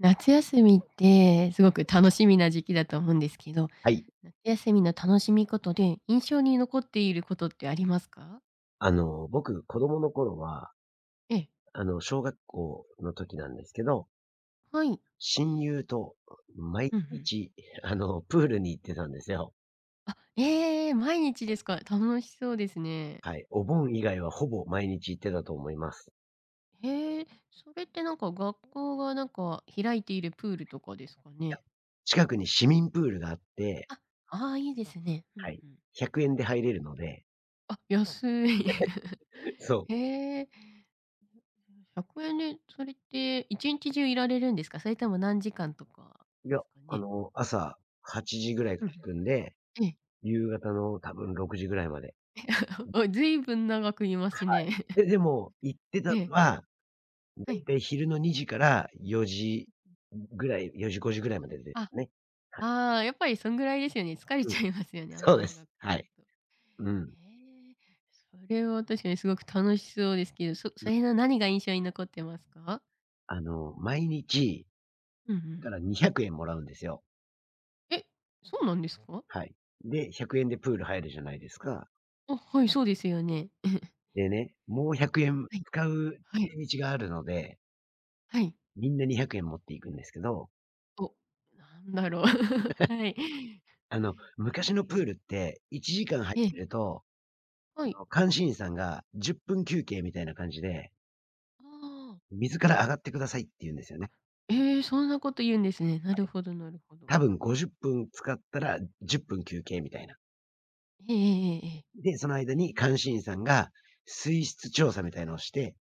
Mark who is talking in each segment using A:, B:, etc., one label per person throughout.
A: 夏休みってすごく楽しみな時期だと思うんですけど、
B: はい。
A: 夏休みの楽しみことで印象に残っていることってありますか？
B: 僕、子供の頃は、
A: ええ、
B: 小学校の時なんですけど、
A: はい。
B: 親友と毎
A: うんうん。
B: 日、プールに行ってたんですよ。
A: あ、ええ、毎日ですか。楽しそうですね。
B: はい。お盆以外はほぼ毎日行ってたと思います。い
A: へえ、それってなんか学校がなんか開いているプールとかですか
B: や、
A: ね？
B: 近くに市民プールがあって、
A: あ、ああ、いいですね。う
B: は
A: ん
B: い。
A: うん。
B: 100円で入れるので、
A: あ、安い。
B: そ
A: へえ。100円でそれって一日中いられるんですか？それとも何時間とか
B: う。い
A: で
B: や、
A: すかね？
B: 朝8時ぐらい
A: う
B: か
A: ん。
B: ら行くんで、
A: ええ。
B: 夕方の多分6時ぐらいまで。
A: お、ずいぶん長くいま
B: は
A: すね。
B: い。でも、行ってた
A: ええ、
B: のは、
A: は
B: だ
A: い。
B: いたい昼の2時から4時ぐらい、4時、5時ぐらいまでで
A: あ、
B: すね。はい。
A: ああ、やっぱりそんぐらいですよね。疲れ
B: うん。
A: ちゃいますよね、あん
B: そ
A: ま
B: うです。
A: 長く
B: は
A: い
B: い。
A: ると。
B: うん。
A: へえ、それは確かにすごく楽しそうですけど、そ
B: う
A: それ
B: ん。
A: の何が印象に残ってますか？
B: 毎日、
A: うんうん。
B: だから200円もらうんですよ。
A: え、そうなんですか？
B: はい。で、100円でプール入るじゃないですか。
A: あ、はい、そうですよね。
B: でね、もう100円
A: はい、はい、
B: 使い道があるので、
A: はい。
B: みんな200円持っていくんですけど、
A: お、なんだろう。はい。え、
B: 昔のプールって1時間入っ
A: ええ
B: てると、
A: はい。
B: 監視員さんが10分休憩みたいな感じで、
A: あ
B: 水から上がってくださいって言うんですよ
A: あ、あ、
B: ね。
A: ええ、そんなこと言うんですね。な
B: は
A: る
B: い。
A: ほどなるほど。
B: 多分50分使ったら10分休憩みたいな。
A: ええええええええ。
B: で、その間に監視員さんが水質調査みたいのをして、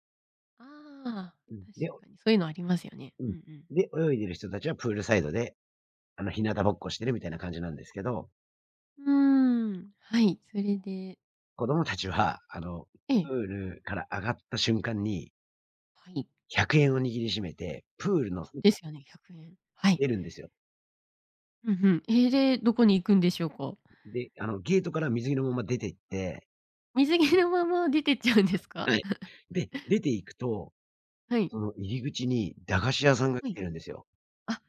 A: ああ、
B: うん。
A: 確
B: で、
A: かにそういうのありますよね。
B: う
A: う
B: ん。
A: ん
B: で、泳いでる人たちはプールサイドで、日向ぼっこしてるみたいな感じなんですけど、
A: うん。うーん、はい、それで
B: 子供たちは、
A: え
B: プ
A: え、
B: ールから上がった瞬間に、
A: はい。
B: 100円を握りしめて、プールの
A: あ、
B: 外
A: ですよね、100円。はい。
B: 出るんですよ。
A: うんうん。ええ、で、どこに行くんでしょうか？
B: で、ゲートから水着のまま出て行って、
A: 水着のまま出てっちゃうんですか？
B: はい。で、出 て行くと、
A: はい。
B: その入り口に駄菓子屋さんが
A: は
B: 来
A: い。
B: てるんですよ。
A: あ、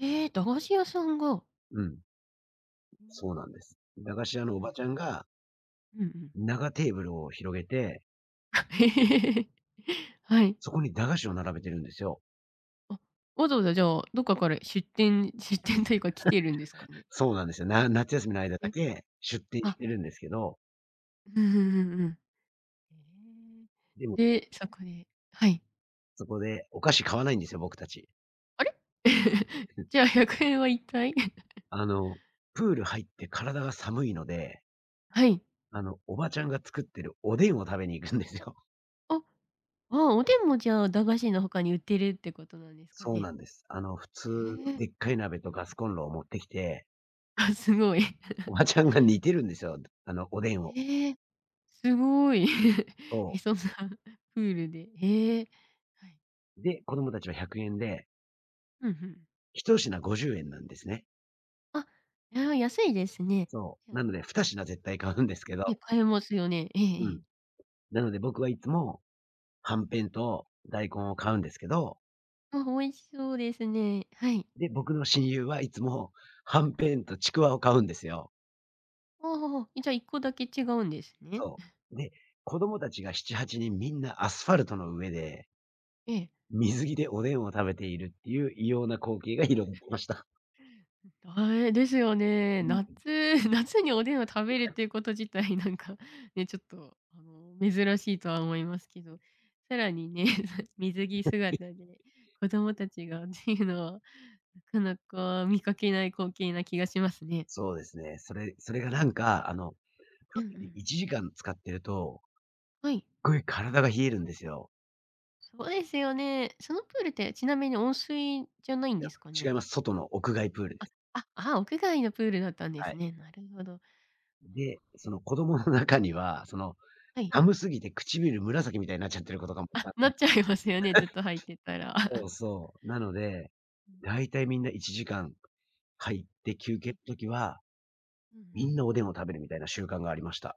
A: ええ、駄菓子屋さんが。
B: うん。
A: うー
B: そうなん
A: ん。
B: です。駄菓子屋のお
A: う
B: ば
A: ん
B: ちゃん
A: うん。
B: が、
A: うんうん。
B: 長テーブルを広げて、
A: はい。
B: そこに駄菓子を並べてるんですよ。
A: あ、わざわざじゃあ、どっかから出店というか来てるんですかね？
B: そうなんですよ。夏休みの間だ
A: え、
B: け出店し
A: あ、
B: てるんですけど、
A: うんうんうんうん。
B: でも、
A: へえ。で、そこではい。
B: そこでお菓子買わないんですよ、僕たち。
A: あれ？じゃあ100円は一体
B: あの、プール入って体が寒いので、
A: はい。
B: おばちゃんが作ってるおでんを食べに行くんですよ。
A: あ、ああおでんもじゃあ、駄菓子の他に売ってるってことなんですか
B: そう
A: ね？
B: なんです。普通、
A: へえ。
B: でっ かい鍋とガスコンロを持ってきて、
A: あ、すごい。
B: おばちゃんが煮てるんですよ。おでん を。
A: ええ、すごい。
B: そ
A: え、
B: う。
A: そんな プールで、ええ。はい。
B: で、子供たちは100円で、
A: うんうん。
B: 1品50円なんですね。
A: あ、いや、安いですね。
B: そ
A: じゃ
B: う。
A: あ、
B: なので、2品絶対買うんですけ
A: ね、
B: ど、
A: 買えますよね。ええ
B: う
A: ええ。
B: ん。なので僕はいつも、はんぺんと大根を買うんですけど、
A: あ、美味しそうですね。はい。
B: で、僕の親友はいつも、はんぺんとちくわを買うんですよ。
A: ああ、じゃあ1個だけ違うんですね。
B: そう。で、子供たちが7、8人みんなアスファルトの上で、
A: ええ。
B: 水着でおでんを食べているっていう異様な光景が広がってました。
A: あえ、ですよね。
B: うん。
A: 夏 夏におでんを食べるっていうこと自体なんか、ね、ちょっと珍しいとは思いますけど、さらにね、水着姿で子供たちがっていうのは、なかなか見かけない光景な気がしますね。
B: そうですね。それがなんか、
A: うんうん。
B: 1時間使ってると、
A: はい。
B: すっごい体が冷えるんですよ。
A: そうですよね。そのプールってちなみに温水じゃないん
B: い
A: で
B: や、
A: すか
B: 違
A: ね？
B: います。外の屋外プールです。
A: あ、ああ屋外のプールだったんで
B: は
A: す
B: い。
A: ね。なるほど。
B: で、その子供の中には、その、
A: はい。
B: 寒すぎて唇紫みたいになっちゃってる子とかもいた
A: あ、
B: ん
A: なっ
B: で。
A: ちゃいますよね、ずっと入ってたら。
B: そうそう。なので、だいたいみんな1時間入って休
A: は
B: 憩
A: い。
B: の時は、
A: うんう
B: み
A: ん。
B: んなおでんを食べるみたいな習慣がありました。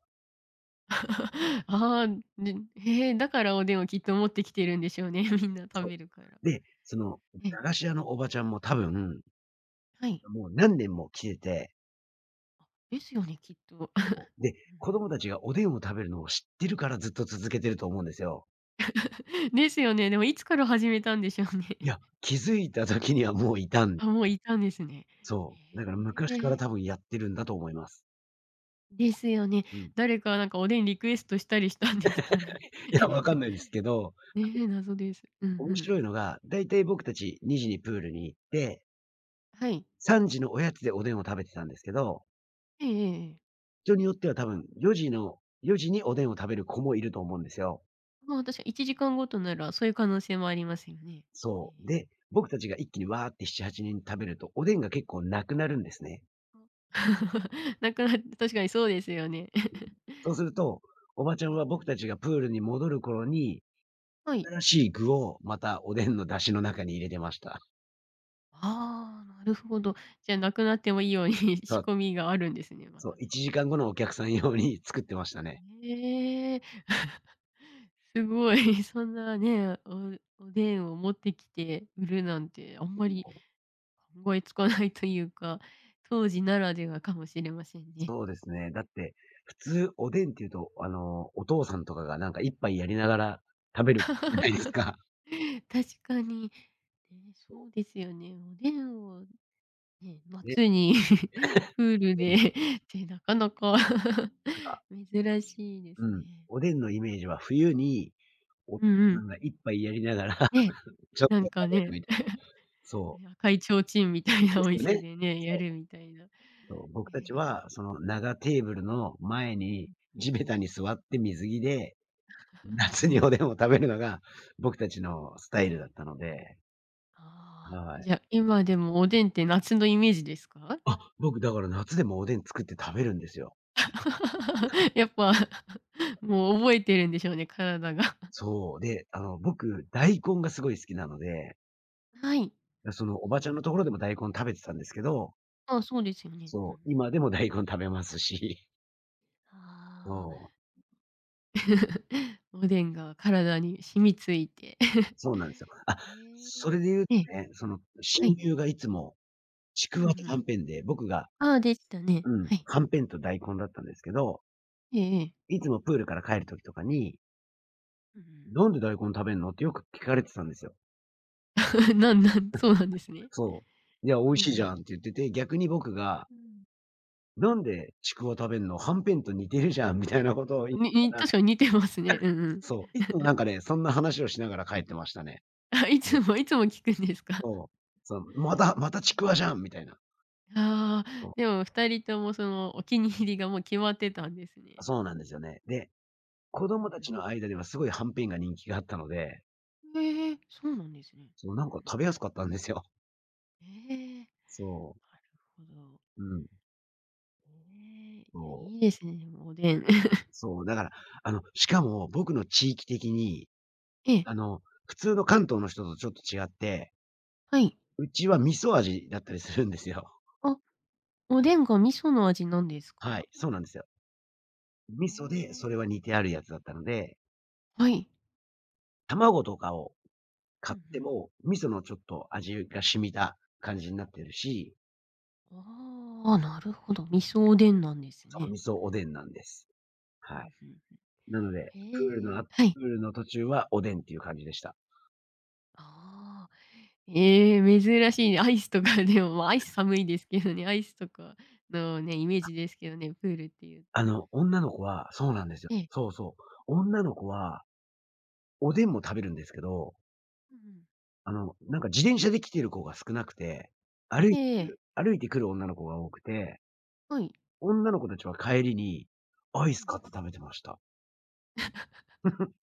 A: ああ、でへえ、だからおでんをきっと持ってきてるんでしょうね、みんな食
B: そ
A: べるから。
B: う。で、その、
A: ええ、
B: 駄菓子屋のおばちゃんも多分、
A: はい。
B: もう何年も来てて、
A: ですよね、きっと。
B: で、子 供たちがおでんを食べるのを知ってるからずっと続けてると思うんですよ。
A: ですよね、でもいつから始めたんでしょうね。
B: いや、気づいた時にはもういた
A: あ、もういたんですね。へ
B: そう。だから昔から
A: え、
B: 多分やってるんだと思います。
A: ですよね。
B: うん。
A: 誰かなんかおでんリクエストしたりしたんですかね。
B: いや、わかん ないですけど、
A: ねえ、謎です。うんう
B: 面
A: ん。
B: 白いのが、だいたい僕たち2時にプールに行って、
A: はい。
B: 3時のおやつでおでんを食べてたんですけど、
A: ええええ
B: 人によっては多分4時におでんを食べる子もいると思うんですよ。
A: まあ、確か1時間ごとなら、そういう可能性もありますよね。え
B: そう。
A: え
B: で、僕たちが一気にわーって7、8人食べると、おでんが結構なくなるんですね。
A: なくな確かにそうですよね。
B: そうすると、おばちゃ
A: う
B: ん
A: ん
B: は
A: うん。
B: 僕たちがプールに戻る頃に、
A: はい。
B: 新しい具をまたおでんの出汁の中に入れてました。
A: ああ、なるほど。じゃ、なくなってもいいように
B: そ
A: 仕
B: う、
A: 込みがあるんですね、ま
B: そ
A: た
B: う、1
A: 別
B: 時
A: に。
B: 間後のお客さん用に作ってましたね。
A: ええ すごい、そんなね、おでんを持ってきて売るなんてあんまり考えつかないというか、当時ならではかもしれませんね。
B: そうですね。だって、普通おでんっていうと、お父さんとかがなんか一杯やりながら食べるじゃないです
A: 確
B: か。
A: かに。ね、
B: そ
A: そうですよね。おでんをね、
B: う。ね、
A: 夏に プール
B: う
A: で
B: ん、
A: ってなかなか
B: なんか、
A: 珍しいです
B: うん、
A: ね。
B: おでんのイメージは冬に、お
A: うんう
B: な
A: ん。
B: んか一杯やりながら
A: ね、
B: ちょっと
A: な
B: 食べ
A: んか
B: る
A: ね、
B: みたい な。そう。
A: 赤い提灯みたいな
B: で
A: お
B: すよ
A: 店
B: ね。
A: でね、や
B: そ
A: る
B: う。
A: みたいな。
B: そう、
A: え
B: 僕たち
A: え
B: は、その長テーブルの前に地べたに座って水着で、夏におでんを食べるのが僕たちのスタイルだったので、
A: ああ
B: は
A: ー
B: い。
A: じゃ、今でもおでんって夏のイメージですか？
B: あ、僕だから夏でもおでん作って食べるんですよ。
A: やっぱ、もう覚えてるんでしょうね、体が。
B: そう。で、僕、大根がすごい好きなので、
A: はい。
B: そのお
A: いい
B: ばち
A: です
B: ゃんのとこ
A: ね。
B: ろでも大根食べてたんですけど、
A: あそうですよね。うんう
B: そう、
A: ん。
B: 今でも大根食べますし、
A: ああ。
B: そう、
A: おでんが体に染み付いて。
B: そうなんですよ。あ、
A: へえ。
B: それで言うと
A: ええ、
B: ね、その、親
A: はい。
B: 友がいつもち
A: うん
B: く
A: う
B: わとは
A: ん。
B: んぺんで、僕が
A: ああ、でしたね。
B: うん、
A: はい。
B: はんぺんと大根だったんですけど、
A: ええええ。
B: いつもプールから帰る時とかに、
A: うんうん。
B: 「なんで大根食べんの？」ってよく聞かれてたんですよ。
A: なんなんそうなんですね。
B: そう。「いや、美
A: え
B: 味しいじ
A: え。
B: ゃん」って言ってて、逆に僕が
A: うん。
B: 「なんでちくわ食べんの？はんぺんと似てるじゃん」みたいなことを言った
A: 確かに似てますね。うんうん。
B: そう、いつもなんかね、そんな話をしながら帰ってましたね。
A: あ、いつもいつも聞くんですか？
B: そう。そう、またまたちくわじ ゃんみたいな。
A: ああー、
B: そう、
A: でも2人ともそのお気に入りがもう決まってたんですね。
B: そうなんですよね。で、子
A: うん
B: 供た
A: うん。
B: ちの間ではすごいはんぺんが人気があったので、
A: ええ、そうなんですね。
B: そう、
A: う
B: なん
A: ん
B: か
A: うん。
B: 食べやすかったんですよ。
A: ええ、なる
B: そ
A: ほど。
B: う、うん、
A: ええ、
B: そう、
A: いいですね、でもおでん。
B: そう、だから、しかも僕の地域的に、
A: ええ、
B: 普通の関東の人とちょっと違って、
A: はい。
B: うちは味噌味だったりするんですよ。
A: あ、おでんが味噌の味なんです
B: は
A: か？
B: い、そうなんですよ。味噌で
A: あ
B: それは似てあるやつだったので、
A: ーはい。
B: 卵とかを
A: うん
B: 買
A: う
B: って
A: ん。
B: も、味噌のちょっと味が染みた感じになってるし、
A: ああ、なるほど。味噌おでんなんです
B: その
A: ね。
B: 味噌おでんなんです。
A: うん
B: はい。
A: うん。
B: なので、
A: へえ、
B: プ
A: はい。
B: ールの途中はおでんっていう感じでした。
A: ああ、ええ、珍しいね。アイスとかでも、ま、アイス寒いですけどね、アイスとかのね、イメージですけどね、プールっていうと。
B: 女の子はそうなんですよ。
A: ええ。
B: そうそう。女の子はおでんも食べるんですけど、
A: うんうん。
B: なんか自転車で来てる子が少なくて、
A: ええええ。
B: 歩いてくる女の子が多くて、
A: はい。
B: 女の子たちは帰りにアイ
A: う
B: ス
A: ん。
B: 買って食べてました。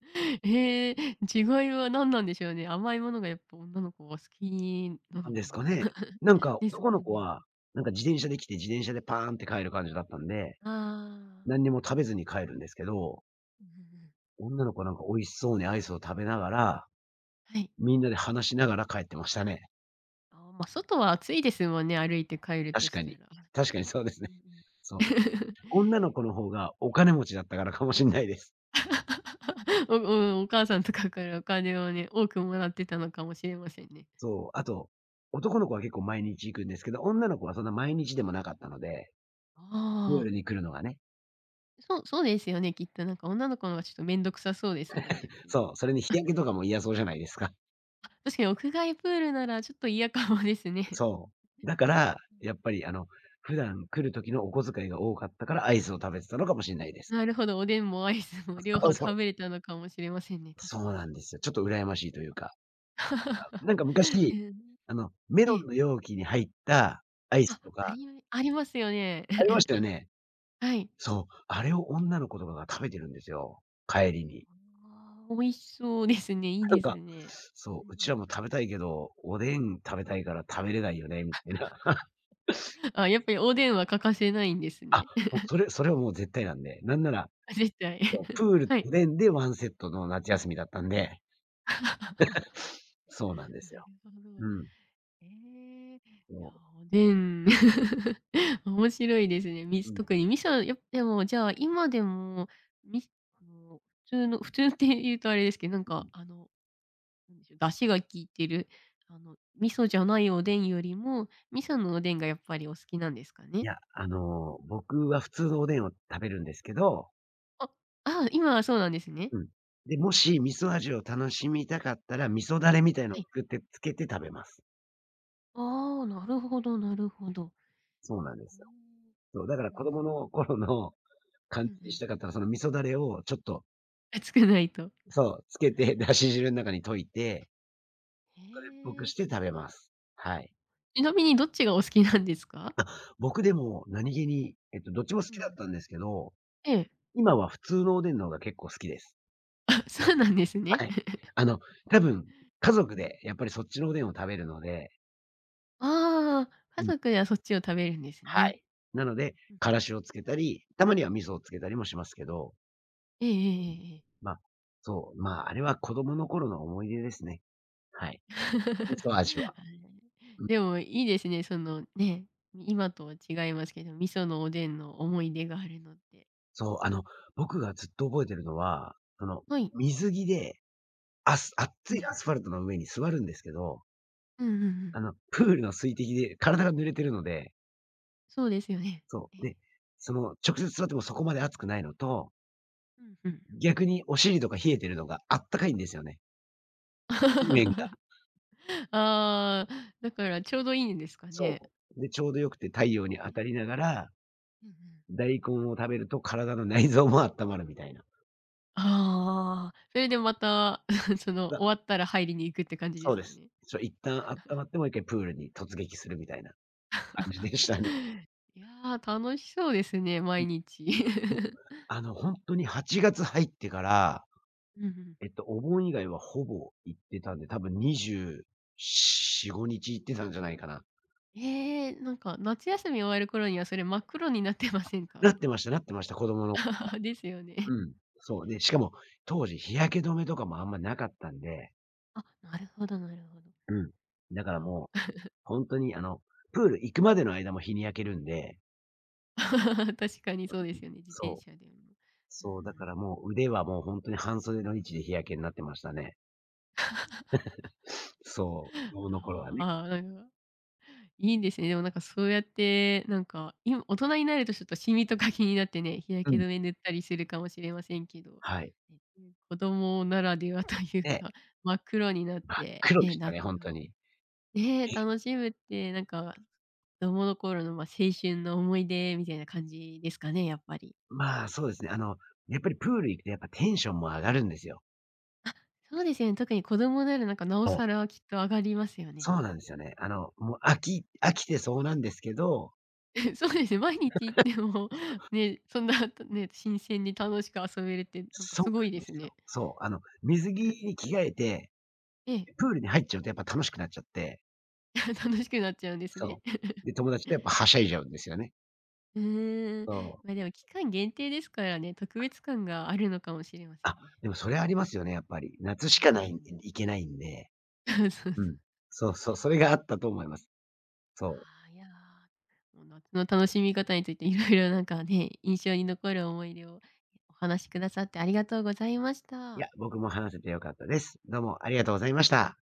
A: へえ、違いは何なんでしょうね。甘いものがやっぱ女の子は好きな
B: な
A: の
B: んで
A: か
B: す
A: な。
B: かね。なんか
A: です
B: 男
A: か
B: の子
A: ね。
B: は、なんか自転車で来て、自転車でパーンって帰る感じだったんで、
A: あ
B: 何
A: あ。
B: にも食べずに帰るんですけど、
A: うんうんうん。
B: 女の子なんか美味しそうにアイスを食べながら、
A: はい。
B: みんなで話しながら帰ってましたね。
A: ああ、ま、外は暑いですもんね、歩いて帰る
B: 確
A: とし
B: か
A: たら。
B: に。確かにそうですね。
A: うんうん
B: そう。女の子の方がお金持ちだったからかもしんないです。
A: お。お母さんとかからお金をね、多くもらってたのかもしれませんね。
B: そう。あと、男の子は結構毎日行くんですけど、女の子はそんな毎日でもなかったので、プー
A: ああ、
B: ルに来るのがね。
A: そうそうですよね、きっとなんか女の子のはちょっと面倒くさそうですもんね、プール
B: そ
A: 行
B: う、そ
A: く
B: れ
A: の。
B: に日 焼けとかも嫌そうじゃないですか。
A: あ、確かに屋外プールならちょっと嫌かもですね。
B: そう。だから、
A: うん、
B: やっぱり普段来る時のお小遣いが多かったからアイスを食べてたの
A: あ。
B: かもしんないで す。
A: なるほど、おでんもアイスも両
B: そ
A: 方
B: うそう。
A: 食べれたのかもしれませんね、確
B: そ
A: か
B: うな
A: に。
B: んですよ。ちょっと羨ましいというか。あ、なんか
A: え
B: 昔、
A: ー
B: メ
A: え
B: ロ
A: え。
B: ンの容器に入ったアイ
A: あ、
B: スとか、
A: ありますよね。
B: ありまし たよね。
A: はい。
B: そう、あれを女の子とかが食べてるんですよ、帰りに。
A: あー美味しそうですね、いい
B: なん
A: です
B: か、
A: ね。
B: そう、
A: うんう
B: うちら
A: ん。
B: も食べたいけど、おでん食べたいから食べれないよねみたいな。
A: あ、やっぱりおでんは欠かせないんです
B: あ、
A: ね。
B: もう それはもう絶対なんで、なんなら
A: 絶対。
B: そう、プー ルと
A: は
B: お
A: い。
B: でんでワンセットの夏休みだったんで、そうなんで
A: な
B: すよ。
A: るほど。
B: うん。
A: ええ、いや、
B: そ
A: おでん、面白いですね。
B: う、うん。
A: 特に味噌、やっでも、じゃあ、今でも、み普通の 普通って言うとあれですけど、なんか、なんでしょう、出汁が効いてる、味噌じゃないおでんよりも、味噌のおでんがやっぱりお好きなんですか
B: い
A: ね？
B: や、僕は普通のおでんを食べるんですけど、
A: あ、ああ今はそうなんですね。
B: うん。で、もし味噌味を楽しみたかったら、味噌だれみたいのを
A: はい。
B: 作ってつけて食べます。
A: ああ、なるほどなるほど。
B: そうなんですよ。そう、だから
A: う
B: 子供
A: ん。
B: の頃の感
A: うん
B: じ
A: う
B: にし
A: ん。
B: たか ったら、その味噌だれをちょっと、
A: 熱くないと。
B: そう、つけて、だし汁ん中に溶いて、
A: へ
B: 僕
A: え。
B: して食べます。はい。
A: ちなみにどっちがお好きなんですか？
B: 僕でも何気に、どっちも好
A: う
B: きだっ
A: ん。
B: たんですけど
A: ええ。
B: 今は普通のおでんの方が結構好きです。
A: あ、そうなんですね。
B: はい。あの、多分、家
A: うんう
B: 族
A: ん。
B: でやっぱりそっちのおでんを食べるので、
A: ああ、家
B: うん。
A: 族ではそっちを食べるんです
B: は
A: ね。
B: い。なので、
A: うん。
B: からしをつけたり、たまには味噌をつけたりもしますけど、
A: ええええええええ。
B: まあ、そう、まあ、あれは子供の頃の思い出ですね。はい。味 噌味は。
A: あれ、
B: うん。
A: でもいいですね、そのね、今とは違いますけど、味噌のおでんの思い出があるのって。
B: そう、僕がずっと覚えてるのは、その、
A: はい。
B: 水着で、
A: え
B: 熱い
A: え。
B: アスファルトの上に座るんですけど、
A: うんうんうん。
B: プールの水滴で体が濡れてるので
A: そうですよね。
B: そ
A: え
B: う。
A: え。
B: で、その、直接座ってもそこまで熱くないのと、
A: うんうん。
B: 逆にお尻とか冷えてるのがあったかいんですよね、地面が。
A: ああ、だからちょうどいいんですかね？
B: そう。で、ちょうど良くて太陽に当たりながら、
A: うんうん。
B: 大根を食べると体の内臓も温まるみたいな。
A: ああ、それでまた その、
B: あ、
A: 終わったら入りに行くって感じで
B: そう
A: す
B: で
A: か
B: す。
A: ね？
B: そう、一旦温まってもう1プールに突撃するみたいな感じでしたね。
A: いやー、楽しそうですね、
B: う
A: 毎
B: ん、
A: 日。
B: もう、ほんとに8月入ってから、
A: うんうん。
B: お盆以外はほぼ行ってたんで、多分24、5日行ってたんじゃないかな。
A: えーなんか夏休み終わる頃にはそれ真っ黒になってませんか？
B: なってましたなってました、子供の
A: ですよね。
B: うん。そう。で、しかも、当時日焼け止めとかもあんまなかったんで、
A: あ、なるほどなるほど。
B: うん。だか
A: い
B: らもう、
A: や
B: 本当にプール行くまでの間も日に焼けるんで、
A: 確かにそうですよね、自転
B: そう。
A: 車でも。うんう
B: そう、だか
A: ん。
B: らもう腕はもう本当に半袖の位置で日焼けになってましたね。そう、子供の頃はね。
A: ああ、なんかいいんですね。でもなんかそうやって、なんか、今大人になるとちょっとシミとか気になってね、日焼
B: う
A: け
B: ん。
A: 止め塗ったりするかもしれませんけど、
B: はい。
A: ね、子供ならではという
B: で、
A: か、真っ黒になっ
B: 真っ
A: て、
B: 黒で
A: ね、
B: した
A: 夏
B: ね、本当
A: を、
B: に。
A: ね、
B: え、
A: 楽しむって、なんか、子供の頃の、ま、青春の思い出みたいな感じですかね、やっぱり。
B: まあ、そうですね。やっぱりプール行くとやっぱテンションも上がるんですよ。
A: そうですよね、特に子供ならなんかなお
B: そ
A: さ
B: う。
A: らきっと上がりますよね。
B: そうなんですよね。もう飽き飽きてそうなんですけど
A: そうですね、毎日行っても、ね、そんな、ね、新鮮に楽しく遊べるってなんか
B: そ
A: す
B: う
A: ごい
B: な
A: で
B: んで
A: す
B: す
A: ね。
B: よ。そう。水着に着替えて、
A: ええ。
B: プールに入っちゃうとやっぱ楽しくなっちゃって、
A: 楽しくなっちゃうんですね。
B: そう。で、友達と やっぱはしゃいじゃうんですよね。
A: うーん。
B: そう。
A: ま、でも期間限定ですからね、特別感があるのかもしれませ
B: あ、
A: んね。
B: でもそれありますよね、やっぱり。夏
A: う
B: しか
A: ん
B: ない
A: うんうん
B: い けないんで。
A: そうそう。
B: うん。そうそう、それがあったと思います。そう。
A: ああ、いやー、もう夏の楽しみ方についていろいろなんかね、印象に残る思い出をお話しくださってありがとうございまし
B: い
A: た。
B: や、僕も話せて良かったです。どうもありがとうございました。